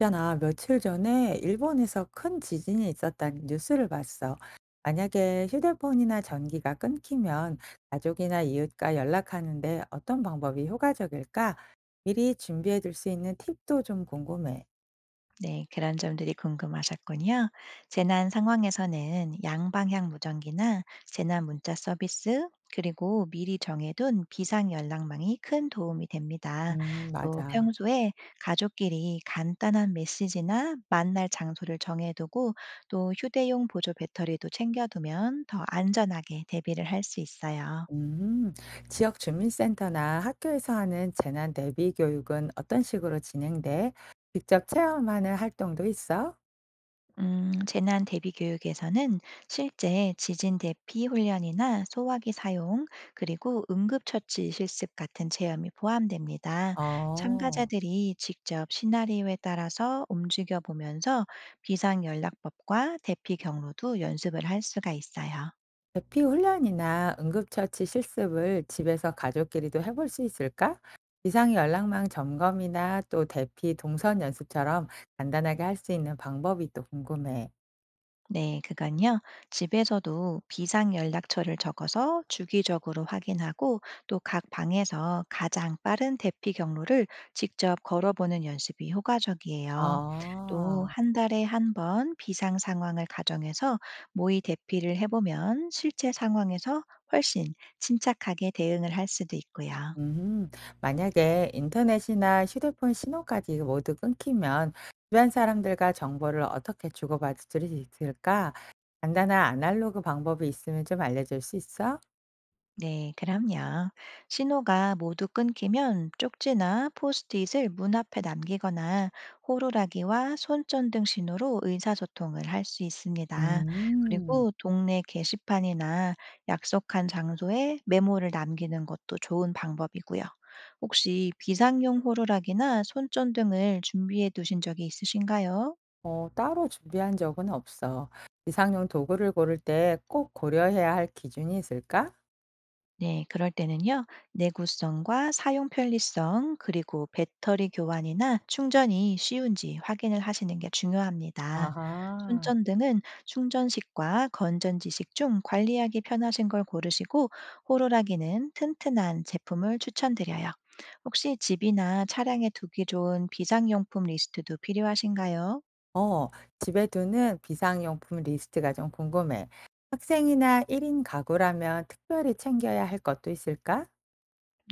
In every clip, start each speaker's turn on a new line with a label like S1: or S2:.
S1: 있잖아, 며칠 전에 일본에서 큰 지진이 있었다는 뉴스를 봤어. 만약에 휴대폰이나 전기가 끊기면 가족이나 이웃과 연락하는데 어떤 방법이 효과적일까? 미리 준비해 둘 수 있는 팁도 좀 궁금해.
S2: 네, 그런 점들이 궁금하셨군요. 재난 상황에서는 양방향 무전기나 재난 문자 서비스, 그리고 미리 정해둔 비상 연락망이 큰 도움이 됩니다. 또
S1: 맞아.
S2: 평소에 가족끼리 간단한 메시지나 만날 장소를 정해두고 또 휴대용 보조 배터리도 챙겨두면 더 안전하게 대비를 할 수 있어요.
S1: 음, 지역 주민센터나 학교에서 하는 재난 대비 교육은 어떤 식으로 진행돼? 직접 체험하는 활동도 있어?
S2: 재난 대비 교육에서는 실제 지진 대피 훈련이나 소화기 사용, 그리고 응급처치 실습 같은 체험이 포함됩니다.
S1: 어.
S2: 참가자들이 직접 시나리오에 따라서 움직여 보면서 비상 연락법과 대피 경로도 연습을 할 수가 있어요.
S1: 대피 훈련이나 응급처치 실습을 집에서 가족끼리도 해볼 수 있을까? 비상 연락망 점검이나 또 대피 동선 연습처럼 간단하게 할 수 있는 방법이 또 궁금해.
S2: 네, 그건요. 집에서도 비상 연락처를 적어서 주기적으로 확인하고 또 각 방에서 가장 빠른 대피 경로를 직접 걸어보는 연습이 효과적이에요. 또
S1: 아,
S2: 한 달에 한 번 비상 상황을 가정해서 모의 대피를 해보면 실제 상황에서 훨씬 침착하게 대응을 할 수도 있고요.
S1: 음, 만약에 인터넷이나 휴대폰 신호까지 모두 끊기면 주변 사람들과 정보를 어떻게 주고받을 수 있을까? 간단한 아날로그 방법이 있으면 좀 알려줄 수 있어?
S2: 네, 그럼요. 신호가 모두 끊기면 쪽지나 포스트잇을 문 앞에 남기거나 호루라기와 손전 등 신호로 의사소통을 할 수 있습니다.
S1: 음.
S2: 그리고 동네 게시판이나 약속한 장소에 메모를 남기는 것도 좋은 방법이고요. 혹시 비상용 호루라기나 손전 등을 준비해 두신 적이 있으신가요?
S1: 어, 따로 준비한 적은 없어. 이상용 도구를 고를 때 꼭 고려해야 할 기준이 있을까?
S2: 네, 그럴 때는요, 내구성과 사용 편리성, 그리고 배터리 교환이나 충전이 쉬운지 확인을 하시는 게 중요합니다.
S1: 아하.
S2: 손전등은 충전식과 건전지식 중 관리하기 편하신 걸 고르시고, 호루라기는 튼튼한 제품을 추천드려요. 혹시 집이나 차량에 두기 좋은 비상용품 리스트도 필요하신가요?
S1: 어, 집에 두는 비상용품 리스트가 좀 궁금해. 학생이나 1인 가구라면 특별히 챙겨야 할 것도 있을까?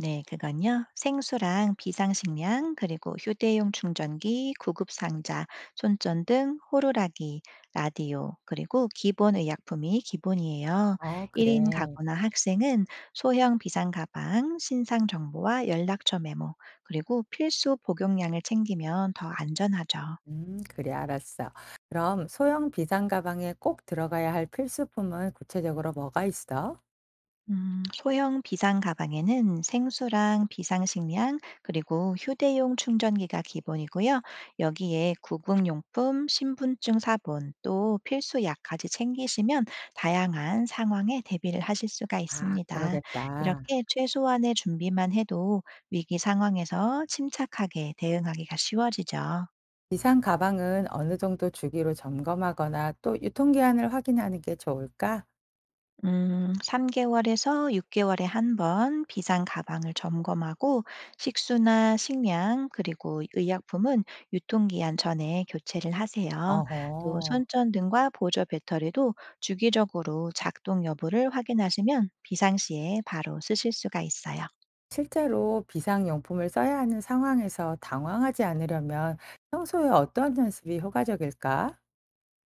S2: 네, 그건요. 생수랑 비상식량, 그리고 휴대용 충전기, 구급상자, 손전등, 호루라기, 라디오, 그리고 기본 의약품이 기본이에요.
S1: 어,
S2: 1인
S1: 그래.
S2: 가구나 학생은 소형 비상가방, 신상 정보와 연락처 메모, 그리고 필수 복용량을 챙기면 더 안전하죠.
S1: 그래, 알았어. 그럼 소형 비상 가방에 꼭 들어가야 할 필수품은 구체적으로 뭐가 있어?
S2: 소형 비상 가방에는 생수랑 비상식량, 그리고 휴대용 충전기가 기본이고요. 여기에 구급용품, 신분증 사본, 또 필수 약까지 챙기시면 다양한 상황에 대비를 하실 수가
S1: 아,
S2: 있습니다.
S1: 그러겠다.
S2: 이렇게 최소한의 준비만 해도 위기 상황에서 침착하게 대응하기가 쉬워지죠.
S1: 기상 가방은 어느 정도 주기로 점검하거나 또 유통기한을 확인하는 게 좋을까?
S2: 3개월에서 6개월에 한 번 비상 가방을 점검하고 식수나 식량 그리고 의약품은 유통기한 전에 교체를 하세요. 또
S1: 어허,
S2: 손전등과 보조 배터리도 주기적으로 작동 여부를 확인하시면 비상시에 바로 쓰실 수가 있어요.
S1: 실제로 비상용품을 써야 하는 상황에서 당황하지 않으려면 평소에 어떤 연습이 효과적일까?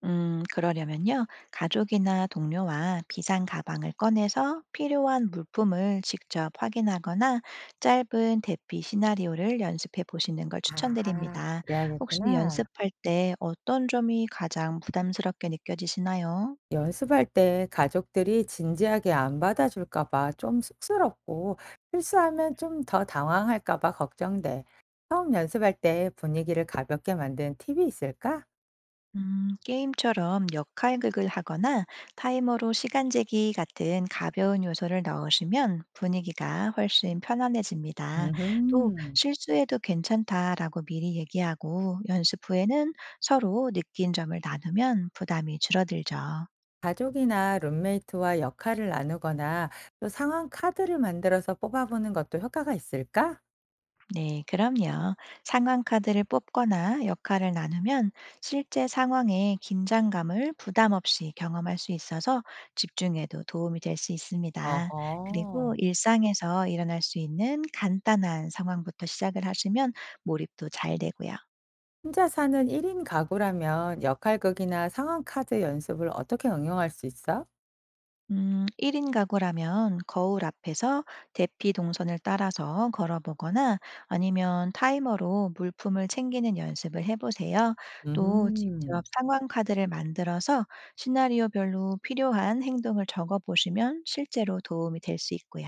S2: 그러려면요. 가족이나 동료와 비상 가방을 꺼내서 필요한 물품을 직접 확인하거나 짧은 대피 시나리오를 연습해 보시는 걸
S1: 아,
S2: 추천드립니다. 혹시
S1: 그래야겠구나.
S2: 연습할 때 어떤 점이 가장 부담스럽게 느껴지시나요?
S1: 연습할 때 가족들이 진지하게 안 받아줄까 봐 좀 쑥스럽고 실수하면 좀 더 당황할까 봐 걱정돼. 처음 연습할 때 분위기를 가볍게 만든 팁이 있을까?
S2: 게임처럼 역할극을 하거나 타이머로 시간 재기 같은 가벼운 요소를 넣으시면 분위기가 훨씬 편안해집니다. 또
S1: 음.
S2: 실수해도 괜찮다라고 미리 얘기하고 연습 후에는 서로 느낀 점을 나누면 부담이 줄어들죠.
S1: 가족이나 룸메이트와 역할을 나누거나 또 상황 카드를 만들어서 뽑아보는 것도 효과가 있을까?
S2: 네, 그럼요. 상황 카드를 뽑거나 역할을 나누면 실제 상황의 긴장감을 부담 없이 경험할 수 있어서 집중에도 도움이 될 수 있습니다. 그리고
S1: 어허.
S2: 일상에서 일어날 수 있는 간단한 상황부터 시작을 하시면 몰입도 잘 되고요.
S1: 혼자 사는 1인 가구라면 역할극이나 상황 카드 연습을 어떻게 응용할 수 있어?
S2: 1인 가구라면 거울 앞에서 대피 동선을 따라서 걸어보거나 아니면 타이머로 물품을 챙기는 연습을 해보세요. 또 직접
S1: 음.
S2: 상황 카드를 만들어서 시나리오별로 필요한 행동을 적어보시면 실제로 도움이 될 수 있고요.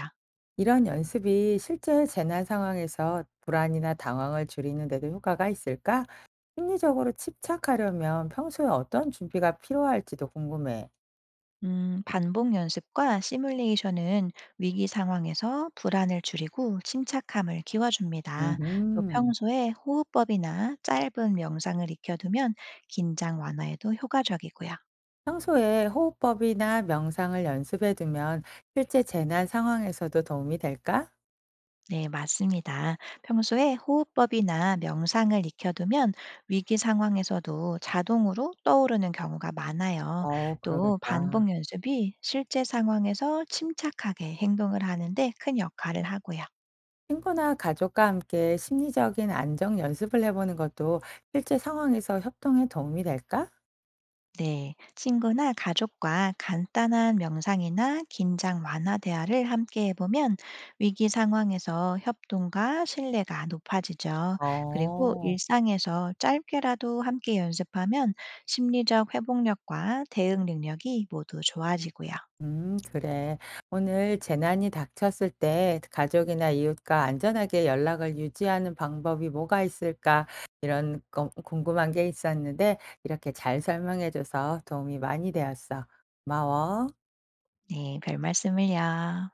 S1: 이런 연습이 실제 재난 상황에서 불안이나 당황을 줄이는 데도 효과가 있을까? 심리적으로 집착하려면 평소에 어떤 준비가 필요할지도 궁금해.
S2: 반복 연습과 시뮬레이션은 위기 상황에서 불안을 줄이고 침착함을 키워줍니다. 또
S1: 음흠.
S2: 평소에 호흡법이나 짧은 명상을 익혀두면 긴장 완화에도 효과적이고요.
S1: 평소에 호흡법이나 명상을 연습해 두면 실제 재난 상황에서도 도움이 될까?
S2: 네, 맞습니다. 평소에 호흡법이나 명상을 익혀두면 위기 상황에서도 자동으로 떠오르는 경우가 많아요.
S1: 어,
S2: 또
S1: 그러겠다.
S2: 반복 연습이 실제 상황에서 침착하게 행동을 하는데 큰 역할을 하고요.
S1: 친구나 가족과 함께 심리적인 안정 연습을 해보는 것도 실제 상황에서 협동에 도움이 될까?
S2: 네, 친구나 가족과 간단한 명상이나 긴장 완화 대화를 함께 해보면 위기 상황에서 협동과 신뢰가 높아지죠. 그리고
S1: 어.
S2: 일상에서 짧게라도 함께 연습하면 심리적 회복력과 대응 능력이 모두 좋아지고요.
S1: 그래. 오늘 재난이 닥쳤을 때 가족이나 이웃과 안전하게 연락을 유지하는 방법이 뭐가 있을까? 궁금한 게 있었는데, 이렇게 잘 설명해줘서 도움이 많이 되었어. 고마워.
S2: 네, 별 말씀을요.